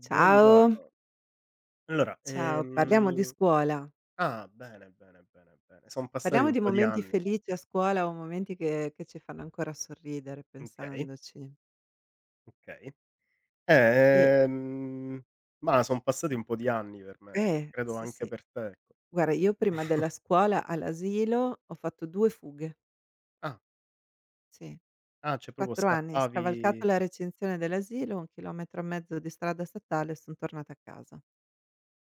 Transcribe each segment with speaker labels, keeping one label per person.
Speaker 1: Ciao,
Speaker 2: Allora,
Speaker 1: ciao. Parliamo di scuola.
Speaker 2: ah, bene, bene, bene, bene. Son passati
Speaker 1: Parliamo
Speaker 2: un
Speaker 1: di
Speaker 2: po' di
Speaker 1: momenti
Speaker 2: anni.
Speaker 1: felici a scuola o momenti che ci fanno ancora sorridere
Speaker 2: Okay,
Speaker 1: pensandoci.
Speaker 2: okay.
Speaker 1: E
Speaker 2: Ehm, mah, son passati un po' di anni per me,
Speaker 1: eh,
Speaker 2: credo
Speaker 1: sì,
Speaker 2: anche
Speaker 1: sì.
Speaker 2: per te, ecco.
Speaker 1: Guarda, io prima della scuola all'asilo ho fatto 2 fughe,
Speaker 2: Ah,
Speaker 1: sì,
Speaker 2: ah, cioè proprio
Speaker 1: 4 anni,
Speaker 2: scappavi.
Speaker 1: scavalcato la recinzione dell'asilo, 1 chilometro e mezzo di strada statale e son tornata a casa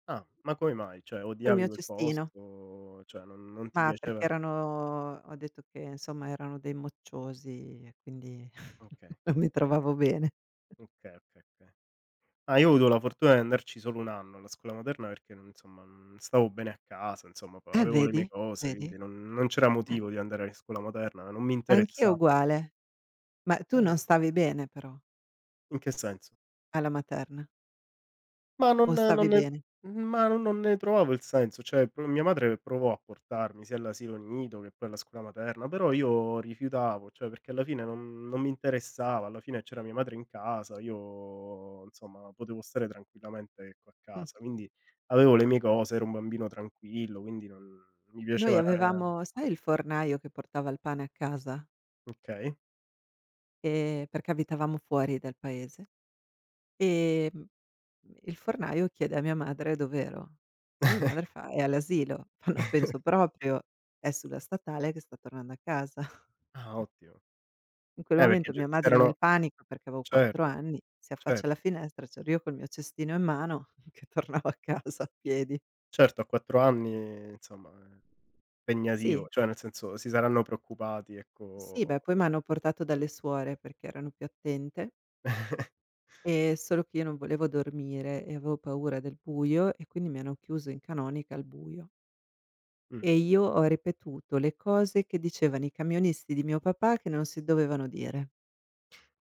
Speaker 2: Ah, ma come mai? Cioè
Speaker 1: col
Speaker 2: odiavi
Speaker 1: mio
Speaker 2: quel
Speaker 1: cestino.
Speaker 2: posto, cioè non ti
Speaker 1: Ma perché
Speaker 2: piaceva?
Speaker 1: erano ho detto che insomma erano dei mocciosi e quindi
Speaker 2: Okay,
Speaker 1: non mi trovavo bene.
Speaker 2: okay, okay, okay. Ah, io ho avuto la fortuna di andarci solo 1 anno alla scuola materna perché non insomma, non stavo bene a casa, insomma, poi
Speaker 1: Eh,
Speaker 2: avevo le mie
Speaker 1: vedi,
Speaker 2: cose,
Speaker 1: vedi?
Speaker 2: quindi non c'era
Speaker 1: Eh,
Speaker 2: motivo di andare a scuola materna, non mi
Speaker 1: anch'io
Speaker 2: interessa.
Speaker 1: uguale. Ma tu
Speaker 2: Eh,
Speaker 1: non stavi bene però
Speaker 2: in che senso?
Speaker 1: alla materna,
Speaker 2: Ma non
Speaker 1: o
Speaker 2: non
Speaker 1: stavi
Speaker 2: ne
Speaker 1: bene?
Speaker 2: ma non ne trovavo il senso, cioè pro mia madre provò a portarmi sia all'asilo nido che poi alla scuola materna, però io rifiutavo, cioè perché alla fine non mi interessava, alla fine c'era mia madre in casa, io insomma potevo stare tranquillamente, ecco, a
Speaker 1: Mh.
Speaker 2: casa. Quindi avevo le mie cose, ero un bambino tranquillo, quindi non mi
Speaker 1: Noi
Speaker 2: piaceva ehm
Speaker 1: avevamo, sai, il fornaio che portava il pane a casa?
Speaker 2: okay.
Speaker 1: Perché abitavamo fuori dal paese? Ehm Il fornaio chiede a mia madre dov'ero. Mia madre fa: "È all'asilo". Fa: "Non penso proprio, è sulla statale che sta tornando a casa".
Speaker 2: Ah, ottimo.
Speaker 1: In quel
Speaker 2: Perché
Speaker 1: momento
Speaker 2: c
Speaker 1: mia madre
Speaker 2: s'erano
Speaker 1: nel panico, perché avevo 4
Speaker 2: certo,
Speaker 1: anni, si affaccia alla
Speaker 2: certo.
Speaker 1: finestra, c'ero io col mio cestino in mano che tornavo a casa a piedi.
Speaker 2: Certo, a 4 anni insomma è
Speaker 1: Sì,
Speaker 2: impegnativo, cioè nel senso si saranno preoccupati
Speaker 1: sì,
Speaker 2: ecco.
Speaker 1: beh, poi m'hanno portato dalle suore perché erano più attente, solo che io non volevo dormire e avevo paura del buio e quindi mi hanno chiuso in canonica al buio.
Speaker 2: Mh.
Speaker 1: E io ho ripetuto le cose che dicevano i camionisti di mio papà che non si dovevano dire.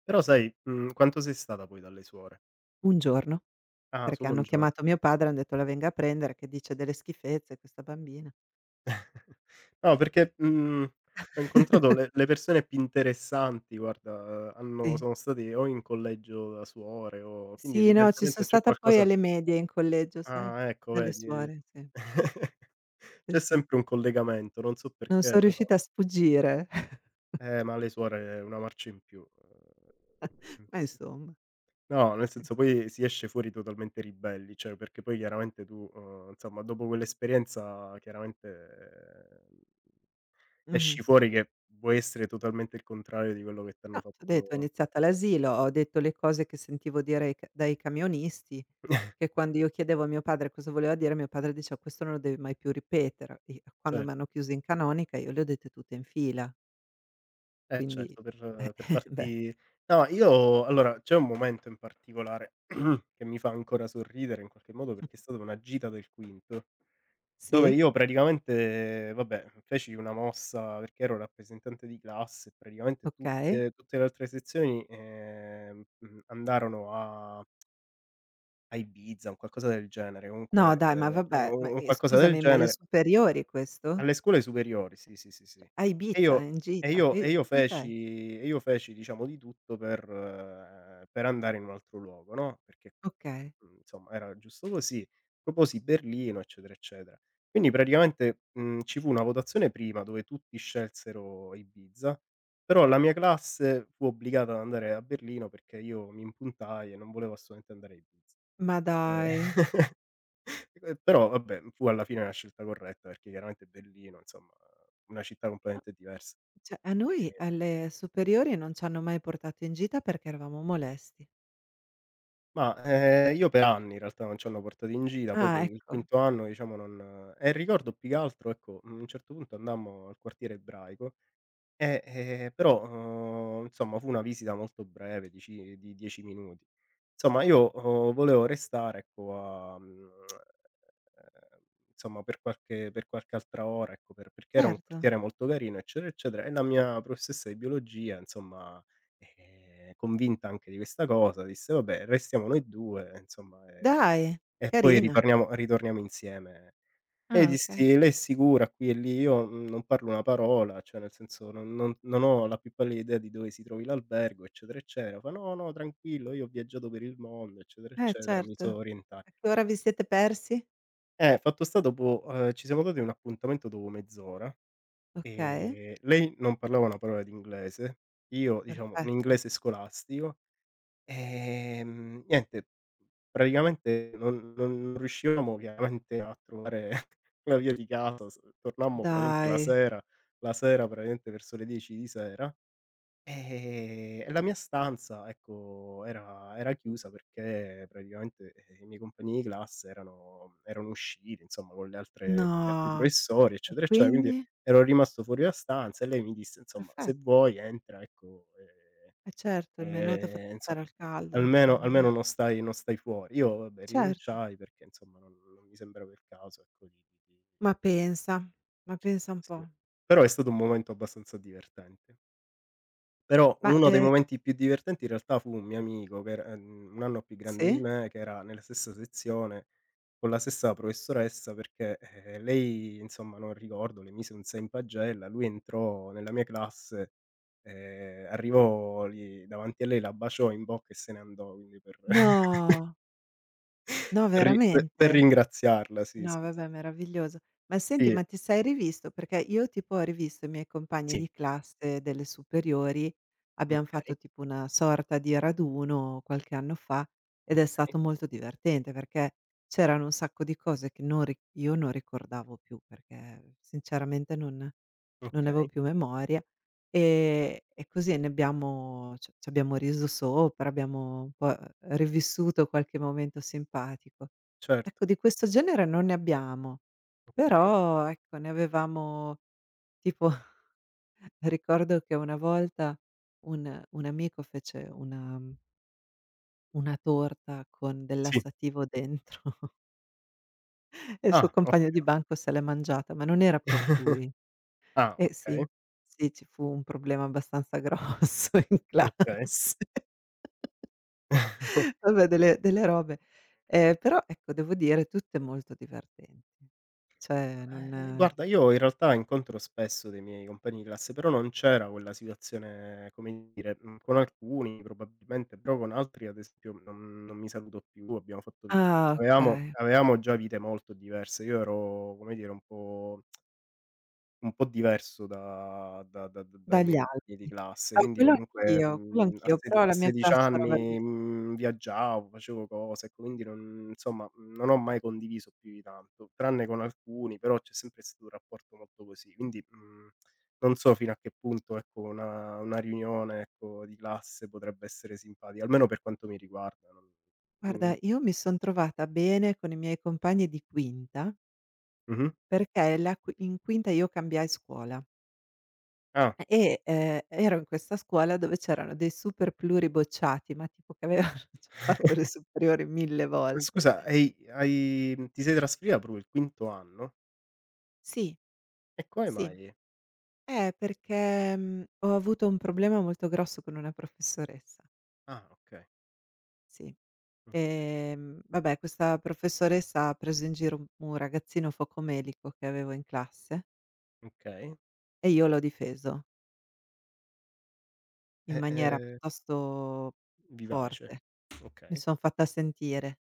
Speaker 2: Però sai, quanto sei stata poi dalle suore?
Speaker 1: Un giorno,
Speaker 2: Ah,
Speaker 1: perché
Speaker 2: solo un
Speaker 1: hanno
Speaker 2: giorno.
Speaker 1: chiamato mio padre, han detto: "La venga a prendere che dice delle schifezze questa bambina".
Speaker 2: No perché, ho incontrato le persone più interessanti guarda, hanno
Speaker 1: Sì.
Speaker 2: sono stati o in collegio da suore o quindi
Speaker 1: Sì, no, ci son
Speaker 2: evidentemente c'è
Speaker 1: stata poi
Speaker 2: qualcosa.
Speaker 1: alle medie in collegio, sai,
Speaker 2: Ah ecco
Speaker 1: dalle
Speaker 2: vedi.
Speaker 1: suore, sì. Sì,
Speaker 2: C'è
Speaker 1: sì.
Speaker 2: sempre un collegamento, non so
Speaker 1: Non son
Speaker 2: perché però.
Speaker 1: riuscita a sfuggire,
Speaker 2: Ma le suore una marcia in più, mhmm,
Speaker 1: ma
Speaker 2: s
Speaker 1: insomma,
Speaker 2: no, nel
Speaker 1: sì.
Speaker 2: senso poi si esce fuori totalmente ribelli, cioè perché poi chiaramente tu, insomma dopo quell'esperienza chiaramente, ehm,
Speaker 1: Mh-mh.
Speaker 2: esci fuori che vuoi essere totalmente il contrario di quello che
Speaker 1: No,
Speaker 2: t'hanno
Speaker 1: t'ho detto, ho
Speaker 2: fatto.
Speaker 1: iniziato all'asilo, ho detto le cose che sentivo dire ai ca dai camionisti. Che quando io chiedevo a mio padre cosa voleva dire, mio padre diceva: "Questo non lo devi mai più ripetere." E, quando
Speaker 2: cer
Speaker 1: m'hanno chiuso in canonica io le ho dette tutte in fila,
Speaker 2: eh
Speaker 1: quindi
Speaker 2: certo,
Speaker 1: eh,
Speaker 2: per
Speaker 1: beh.
Speaker 2: farti. No, io allora c'è un momento in particolare che mi fa ancora sorridere in qualche modo perché è stata una gita del quinto. Dove
Speaker 1: Sì,
Speaker 2: io praticamente, vabbè, feci una mossa perché ero rappresentante di classe e praticamente
Speaker 1: okay.
Speaker 2: tutte le altre sezioni, andarono a Ibiza, un qualcosa del genere,
Speaker 1: No
Speaker 2: comunque
Speaker 1: dai, ma vabbè, ma,
Speaker 2: u un qualcosa del
Speaker 1: scusami, ma alle
Speaker 2: genere,
Speaker 1: superiori questo?
Speaker 2: alle scuole superiori, sì, sì, sì, sì.
Speaker 1: A
Speaker 2: E
Speaker 1: Ibiza,
Speaker 2: io
Speaker 1: in
Speaker 2: e
Speaker 1: gita,
Speaker 2: io
Speaker 1: che che gita è?
Speaker 2: e io feci diciamo di tutto per andare in un altro luogo, no, perché
Speaker 1: Okay.
Speaker 2: Insomma era giusto così. Proposi Berlino, eccetera, eccetera. Quindi praticamente, ci fu una votazione prima dove tutti scelsero Ibiza, però la mia classe fu obbligata ad andare a Berlino perché io mi impuntai e non volevo assolutamente andare a Ibiza.
Speaker 1: Ma dai.
Speaker 2: Ehm, e però vabbè, fu alla fine una scelta corretta perché chiaramente Berlino, insomma, una città
Speaker 1: No,
Speaker 2: completamente diversa.
Speaker 1: cioè a noi
Speaker 2: Ehm
Speaker 1: alle superiori non c'hanno mai portato in gita perché eravamo molesti.
Speaker 2: Mah, io per anni in realtà non ci hanno portato in gira, poi
Speaker 1: Ah
Speaker 2: con il
Speaker 1: ecco,
Speaker 2: quinto anno diciamo non e ricordo più che altro, ecco, a un certo punto andammo al quartiere ebraico. Però, insomma fu una visita molto breve, dici di 10 minuti. Insomma io, volevo restare ecco a ehm, insomma per qualche altra ora, ecco, perché era un
Speaker 1: certo.
Speaker 2: quartiere molto carino, eccetera, eccetera, e la mia professoressa di biologia insomma, convinta anche di questa cosa, disse: "Vabbè restiamo noi 2 insomma,
Speaker 1: Dai,
Speaker 2: e poi
Speaker 1: carina.
Speaker 2: ritorniamo insieme." E
Speaker 1: Ah, okay.
Speaker 2: dissi: "Lei è sicura?" Qui e lì. Io, non parlo una parola, cioè nel senso non ho la più pallida idea di dove si trovi l'albergo, eccetera, eccetera. Fa: "No, no, tranquillo, io ho viaggiato per il mondo, eccetera,
Speaker 1: Eh,
Speaker 2: eccetera, mi
Speaker 1: certo.
Speaker 2: so
Speaker 1: A
Speaker 2: orienta".
Speaker 1: che ora vi siete persi?
Speaker 2: Fatto sta dopo ci siamo dati un appuntamento dopo mezz'ora,
Speaker 1: Okay,
Speaker 2: lei non parlava una parola di inglese, io diciamo un
Speaker 1: perfetto.
Speaker 2: inglese scolastico. Niente, praticamente non riuscivamo chiaramente a trovare la via di casa, s tornammo praticamente
Speaker 1: Dai,
Speaker 2: la sera praticamente verso le 10 di sera, e la mia stanza, ecco, era chiusa perché praticamente, i miei compagni di classe erano usciti insomma con le altre con gli altri
Speaker 1: no.
Speaker 2: professori,
Speaker 1: E
Speaker 2: eccetera, eccetera, quindi
Speaker 1: quindi?
Speaker 2: ero rimasto fuori la stanza e lei mi disse: "Insomma, se
Speaker 1: Perfetto.
Speaker 2: vuoi entra, ecco, ehm".
Speaker 1: Eh, certo, il menù t'ha fatto
Speaker 2: Insom
Speaker 1: stare al caldo insomma, dai.
Speaker 2: almeno non stai fuori. Io vabbè
Speaker 1: Certo.
Speaker 2: rinunciai perché insomma non mi sembrava il caso, ecco, di.
Speaker 1: Ma pensa, ma pensa un
Speaker 2: Sì.
Speaker 1: po'.
Speaker 2: Però è stato un momento abbastanza divertente. Però
Speaker 1: Ma,
Speaker 2: uno dei momenti più divertenti in realtà fu un mio amico che era un anno più grande di
Speaker 1: sì?
Speaker 2: me, che era nella stessa sezione, con la stessa professoressa perché, lei insomma non ricordo, le mise un 6 in pagella, lui entrò nella mia classe, arrivò lì davanti a lei, la baciò in bocca e se ne andò, quindi per
Speaker 1: No, no,
Speaker 2: per ri pe per
Speaker 1: veramente?
Speaker 2: ringraziarla, sì,
Speaker 1: No,
Speaker 2: sì, s
Speaker 1: vabbè, meraviglioso. Ma senti,
Speaker 2: sì,
Speaker 1: ma ti sei rivisto? Perché io tipo ho rivisto i miei compagni
Speaker 2: sì,
Speaker 1: di classe delle superiori, abbiam
Speaker 2: okay,
Speaker 1: fatto tipo una sorta di raduno qualche anno fa ed è
Speaker 2: okay,
Speaker 1: stato molto divertente perché c'erano un sacco di cose che non ri io non ricordavo più perché sinceramente non ne avevo
Speaker 2: okay,
Speaker 1: più memoria, e così ne abbiamo c' abbiamo riso sopra, abbiamo un po' rivissuto qualche momento simpatico.
Speaker 2: certo,
Speaker 1: Ecco, di questo genere non ne abbiamo,
Speaker 2: okay,
Speaker 1: però ecco ne avevamo tipo. Ricordo che una volta un amico fece una torta con del
Speaker 2: sì.
Speaker 1: lassativo dentro e il suo
Speaker 2: Ah,
Speaker 1: compagno di
Speaker 2: ottimo.
Speaker 1: banco se l'è mangiata, ma non era per lui.
Speaker 2: Ah,
Speaker 1: Eh, sì,
Speaker 2: okay.
Speaker 1: sì, ci fu un problema abbastanza grosso in
Speaker 2: Okay.
Speaker 1: classe. Vabbè, delle robe. Però ecco devo dire tutte molto divertenti. Cioè, non
Speaker 2: Guarda, io in realtà incontro spesso dei miei compagni di classe, però non c'era quella situazione, come dire, con alcuni probabilmente, però con altri ad esempio non mi saluto più, abbiamo fatto vi
Speaker 1: ah, okay.
Speaker 2: avevamo già vite molto diverse. Io ero, come dire, un po' diverso da da da d dai
Speaker 1: Dagli
Speaker 2: miei compagni di
Speaker 1: altri.
Speaker 2: classe,
Speaker 1: Ah,
Speaker 2: quindi comunque,
Speaker 1: quello anch'io, però
Speaker 2: a
Speaker 1: la mia
Speaker 2: 16
Speaker 1: classe era verame
Speaker 2: anni, viaggiavo, facevo cose, ecco, quindi non insomma, non ho mai condiviso più di tanto, tranne con alcuni, però c'è sempre stato un rapporto molto così. Quindi, non so fino a che punto, ecco, una riunione, ecco, di classe potrebbe essere simpatica, almeno per quanto mi riguarda, non. Mh.
Speaker 1: guarda, io mi son trovata bene con i miei compagni di quinta,
Speaker 2: Mh-mh.
Speaker 1: perché la qui in quinta io cambiai scuola
Speaker 2: Ah.
Speaker 1: e, ero in questa scuola dove c'erano dei super pluribocciati, ma tipo che avevano già fatto le superiori 1000
Speaker 2: Ma
Speaker 1: volte.
Speaker 2: scusa, hai ti sei trasferita proprio il quinto anno?
Speaker 1: Sì,
Speaker 2: E come
Speaker 1: sì.
Speaker 2: mai?
Speaker 1: Perché, ho avuto un problema molto grosso con una professoressa,
Speaker 2: Ah okay,
Speaker 1: sì.
Speaker 2: mh,
Speaker 1: Vabbè, questa professoressa ha preso in giro un ragazzino focomelico che avevo in classe
Speaker 2: okay.
Speaker 1: e io l'ho difeso in
Speaker 2: E,
Speaker 1: maniera piuttosto
Speaker 2: vivace.
Speaker 1: forte. Mi
Speaker 2: Okay.
Speaker 1: son fatta sentire,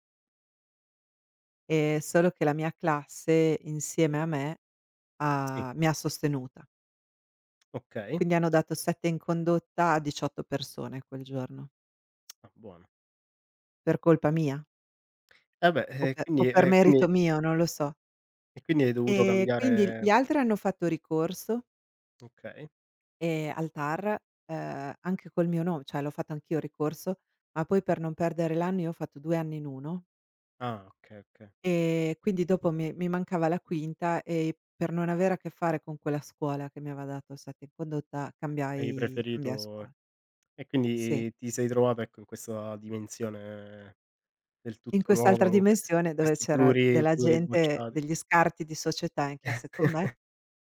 Speaker 1: solo che la mia classe insieme a me
Speaker 2: Sì.
Speaker 1: ha mi ha sostenuta.
Speaker 2: Okay.
Speaker 1: Quindi hanno dato 7 in condotta a 18 persone quel giorno,
Speaker 2: Ah buono.
Speaker 1: per colpa mia,
Speaker 2: Eh beh,
Speaker 1: o per o per merito mio, non lo so.
Speaker 2: e quindi hai dovuto
Speaker 1: E quindi gli
Speaker 2: cambiare
Speaker 1: altri hanno fatto ricorso.
Speaker 2: okay.
Speaker 1: Al TAR, anche col mio nome, cioè l'ho fatto anch'io ricorso, ma poi per non perdere l'anno io ho fatto 2 anni in 1,
Speaker 2: Ah okay, okay.
Speaker 1: quindi dopo mi mancava la quinta e per non avere a che fare con quella scuola che mi aveva dato il 7 in condotta
Speaker 2: Hai
Speaker 1: cambiai
Speaker 2: preferito
Speaker 1: scuola.
Speaker 2: e
Speaker 1: Sì.
Speaker 2: quindi ti sei trovata, ecco, in questa dimensione del
Speaker 1: In
Speaker 2: tutto
Speaker 1: quest'altra
Speaker 2: nuova con
Speaker 1: dimensione dove
Speaker 2: questi
Speaker 1: c'era della gente,
Speaker 2: pluribocciati.
Speaker 1: degli scarti di società in classe con me,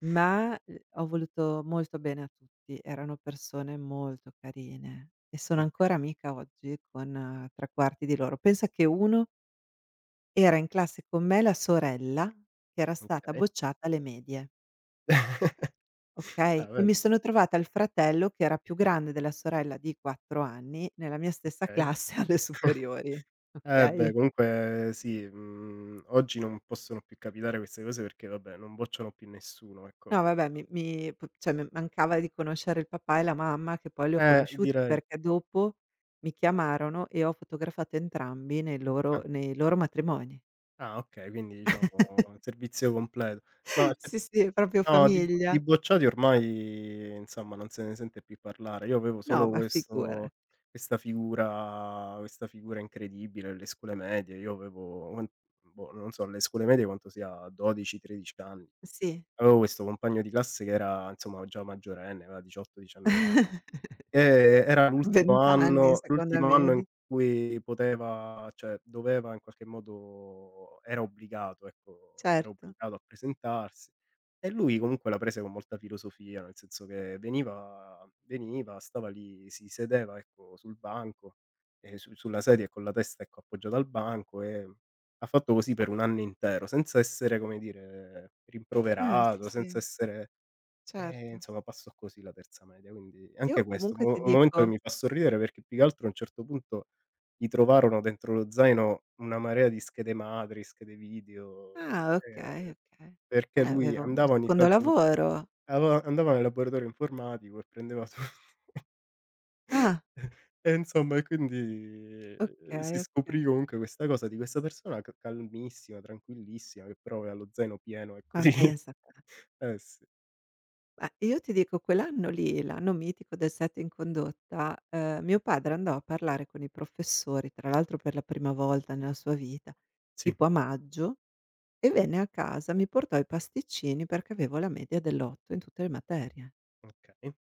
Speaker 1: ma, ho voluto molto bene a tutti, erano persone molto carine e sono
Speaker 2: Okay,
Speaker 1: ancora amica oggi con 3 quarti di loro. Pensa che uno era in classe con me, la sorella, che era stata
Speaker 2: okay.
Speaker 1: bocciata alle medie, okay,
Speaker 2: Ah
Speaker 1: e mi
Speaker 2: vedi,
Speaker 1: sono trovata il fratello che era più grande della sorella di 4 anni nella mia stessa
Speaker 2: okay.
Speaker 1: classe alle superiori,
Speaker 2: Eh beh,
Speaker 1: okay?
Speaker 2: comunque sì, oggi non possono più capitare queste cose perché vabbè, non bocciano più nessuno,
Speaker 1: No
Speaker 2: ecco.
Speaker 1: vabbè, mi mi p cioè mi mancava di conoscere il papà e la mamma che poi li ho conosciuti,
Speaker 2: Direi.
Speaker 1: perché dopo mi chiamarono e ho fotografato entrambi nei loro
Speaker 2: Ah,
Speaker 1: nei loro matrimoni.
Speaker 2: ah okay, quindi diciamo servizio completo. No, effe
Speaker 1: Sì, sì, è proprio
Speaker 2: no, di
Speaker 1: famiglia.
Speaker 2: bocciati ormai insomma non se ne sente più parlare. Io avevo
Speaker 1: No,
Speaker 2: solo
Speaker 1: ma figura
Speaker 2: questo questa figura incredibile alle scuole medie. Io avevo quan boh, non so alle scuole medie quanto sia, 12, 13 anni.
Speaker 1: sì.
Speaker 2: Avevo questo compagno di classe che era, insomma, già maggiorenne, aveva 18, 19 anni. Era
Speaker 1: 20 anni seconda
Speaker 2: l'ultimo anno in
Speaker 1: media,
Speaker 2: cui poteva cioè doveva in qualche modo era obbligato, ecco, era
Speaker 1: certo.
Speaker 2: obbligato a presentarsi. E lui comunque la prese con molta filosofia, nel senso che veniva, stava lì, si sedeva, ecco, sul banco, su sulla sedia e con la testa, ecco, appoggiata al banco, e ha fatto così per 1 anno intero, senza essere, come dire,
Speaker 1: Sì,
Speaker 2: rimproverato, senza
Speaker 1: sì,
Speaker 2: essere. E
Speaker 1: certo.
Speaker 2: insomma passò così la terza media, quindi
Speaker 1: Io
Speaker 2: anche questo,
Speaker 1: comunque ti
Speaker 2: mo un momento che
Speaker 1: dico,
Speaker 2: mi fa sorridere perché più che altro a un certo punto gli trovarono dentro lo zaino una marea di schede madri, schede video,
Speaker 1: ah, okay,
Speaker 2: ehm,
Speaker 1: okay.
Speaker 2: perché lui
Speaker 1: Avevo un
Speaker 2: andava ogni
Speaker 1: secondo
Speaker 2: tanto allo
Speaker 1: lavoro.
Speaker 2: ava andava nel laboratorio informatico e prendeva tutto.
Speaker 1: Ah,
Speaker 2: E insomma e quindi si
Speaker 1: okay, okay.
Speaker 2: scoprì comunque questa cosa di questa persona ca calmissima, tranquillissima, che però aveva lo zaino pieno ecco
Speaker 1: Ma
Speaker 2: di
Speaker 1: pensa te.
Speaker 2: eh sì.
Speaker 1: Ma io ti dico quell'anno lì, l'anno mitico del Set in condotta, mio padre andò a parlare con i professori, tra l'altro per la prima volta nella sua vita,
Speaker 2: Sì,
Speaker 1: tipo a maggio, e venne a casa, mi portò i pasticcini perché avevo la media dell'8 in tutte le materie.
Speaker 2: okay.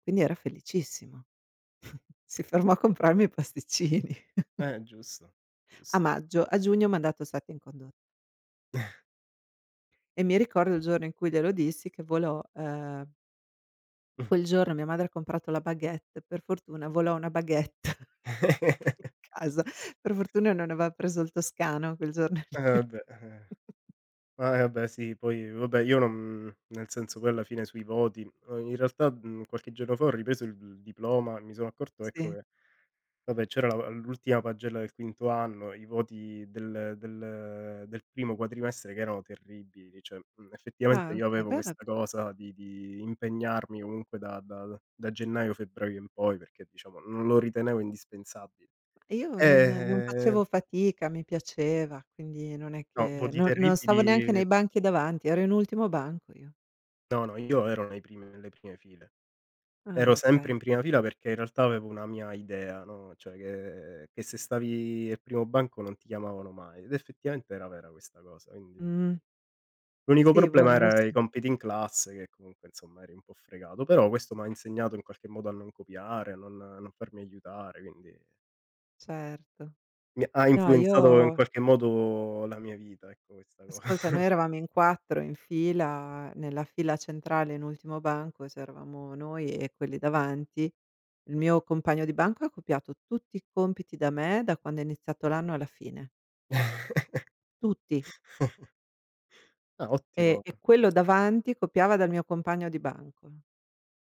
Speaker 1: Quindi era felicissimo. Si fermò a comprarmi i pasticcini
Speaker 2: Giusto,
Speaker 1: a
Speaker 2: gius
Speaker 1: maggio. A giugno m'ha dato Set in condotta e mi ricordo il giorno in cui glielo dissi che volò quel giorno mia madre ha comprato la baguette, per fortuna volò una baguette. Casa. Per fortuna non aveva preso il toscano quel giorno
Speaker 2: eh,
Speaker 1: lì.
Speaker 2: vabbè, eh. Ma, vabbè sì, poi vabbè io non nel senso poi alla fine sui voti in realtà, qualche giorno fa ho ripreso il diploma e mi sono accorto, ecco,
Speaker 1: Sì.
Speaker 2: che vabbè c'era la l'ultima pagella del quinto anno, i voti del primo quadrimestre che erano terribili, cioè, effettivamente
Speaker 1: Ah
Speaker 2: io
Speaker 1: okay,
Speaker 2: avevo
Speaker 1: beh vabbè,
Speaker 2: questa cosa di impegnarmi comunque da gennaio, febbraio in poi, perché diciamo non lo ritenevo indispensabile.
Speaker 1: ma io non
Speaker 2: Eh,
Speaker 1: facevo fatica, mi piaceva, quindi non è
Speaker 2: no,
Speaker 1: che
Speaker 2: voti
Speaker 1: non stavo neanche
Speaker 2: terribili.
Speaker 1: nei banchi davanti, ero in ultimo banco io.
Speaker 2: No, no, io ero nei primi nelle prime file. Ero
Speaker 1: Ah,
Speaker 2: sempre
Speaker 1: okay.
Speaker 2: in prima fila perché in realtà avevo una mia idea, no, cioè che se stavi al primo banco non ti chiamavano mai, ed effettivamente era vera questa cosa, quindi
Speaker 1: Mh.
Speaker 2: l'unico
Speaker 1: Sì, boh,
Speaker 2: problema
Speaker 1: non lo
Speaker 2: era i
Speaker 1: so.
Speaker 2: compiti in classe che comunque insomma eri un po' fregato, però questo m'ha insegnato in qualche modo a non copiare, a non farmi aiutare, quindi
Speaker 1: Certo.
Speaker 2: mi ha
Speaker 1: No,
Speaker 2: influenzato in
Speaker 1: io
Speaker 2: qualche modo la mia vita, ecco, questa cosa.
Speaker 1: Ascolta, noi eravamo in 4 in fila, nella fila centrale in ultimo banco c'eravamo noi e quelli davanti. Il mio compagno di banco ha copiato tutti i compiti da me, da quando è iniziato l'anno alla fine, tutti.
Speaker 2: Ah,
Speaker 1: E
Speaker 2: ottimo,
Speaker 1: e quello davanti copiava dal mio compagno di banco.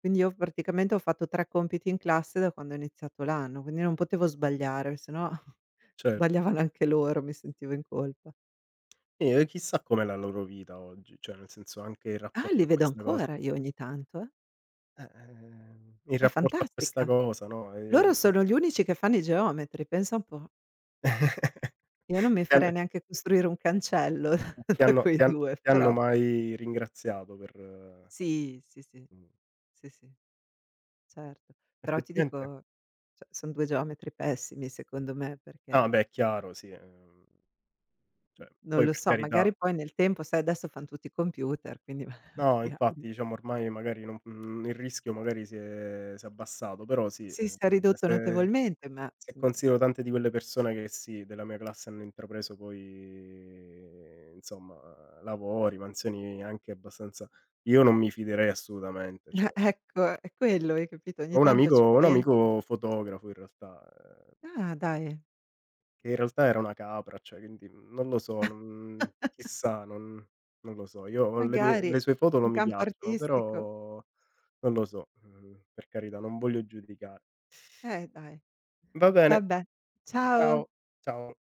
Speaker 1: Quindi io praticamente ho fatto 3 compiti in classe da quando è iniziato l'anno, quindi non potevo sbagliare, se no
Speaker 2: certo.
Speaker 1: sbagliavano anche loro, mi sentivo in colpa.
Speaker 2: Sì, e chissà com'è la loro vita oggi, cioè nel senso anche in
Speaker 1: Ah, li
Speaker 2: rapporto a
Speaker 1: vedo
Speaker 2: questa cosa.
Speaker 1: ancora io ogni tanto, eh.
Speaker 2: In
Speaker 1: È
Speaker 2: rapporto a questa
Speaker 1: fantastica.
Speaker 2: cosa, no,
Speaker 1: Loro sono gli unici che fanno i geometri, pensa un po'. Io non mi
Speaker 2: ti
Speaker 1: farei
Speaker 2: han
Speaker 1: neanche costruire un cancello
Speaker 2: ti
Speaker 1: da
Speaker 2: hanno ti
Speaker 1: quei
Speaker 2: han
Speaker 1: 2,
Speaker 2: ti hanno
Speaker 1: però
Speaker 2: mai ringraziato per
Speaker 1: sì, sì, sì,
Speaker 2: mhmm,
Speaker 1: sì, sì, certo. Però ti
Speaker 2: effettivamente.
Speaker 1: dico, cioè son 2 geometri pessimi secondo me,
Speaker 2: Ah
Speaker 1: perché
Speaker 2: beh, è chiaro sì, cioè
Speaker 1: non
Speaker 2: poi
Speaker 1: lo
Speaker 2: per
Speaker 1: so,
Speaker 2: carità.
Speaker 1: magari poi nel tempo sai adesso fan tutti i computer, quindi ma
Speaker 2: No,
Speaker 1: magari
Speaker 2: infatti diciamo ormai magari non il rischio magari si è abbassato, però sì,
Speaker 1: sì, si è ridotto
Speaker 2: se.
Speaker 1: notevolmente, ma,
Speaker 2: E considero tante di quelle persone che sì, della mia classe hanno intrapreso poi, insomma, lavori, mansioni anche abbastanza. Io non mi fiderei
Speaker 1: eh,
Speaker 2: assolutamente, cioè.
Speaker 1: ecco, è quello, hai capito? Ogni
Speaker 2: Ho un
Speaker 1: tanto
Speaker 2: amico
Speaker 1: ci
Speaker 2: ho un
Speaker 1: penso.
Speaker 2: amico fotografo in realtà, ehm,
Speaker 1: Ah, dai,
Speaker 2: che in realtà era una capra, cioè quindi non lo so, non chissà, non lo so. Io ho
Speaker 1: magari
Speaker 2: le sue foto
Speaker 1: in
Speaker 2: non mi
Speaker 1: campo
Speaker 2: piacciono,
Speaker 1: artistico.
Speaker 2: però non lo so, per carità, non voglio giudicare.
Speaker 1: Dai.
Speaker 2: Va bene,
Speaker 1: Vabbè, ciao.
Speaker 2: ciao, ciao.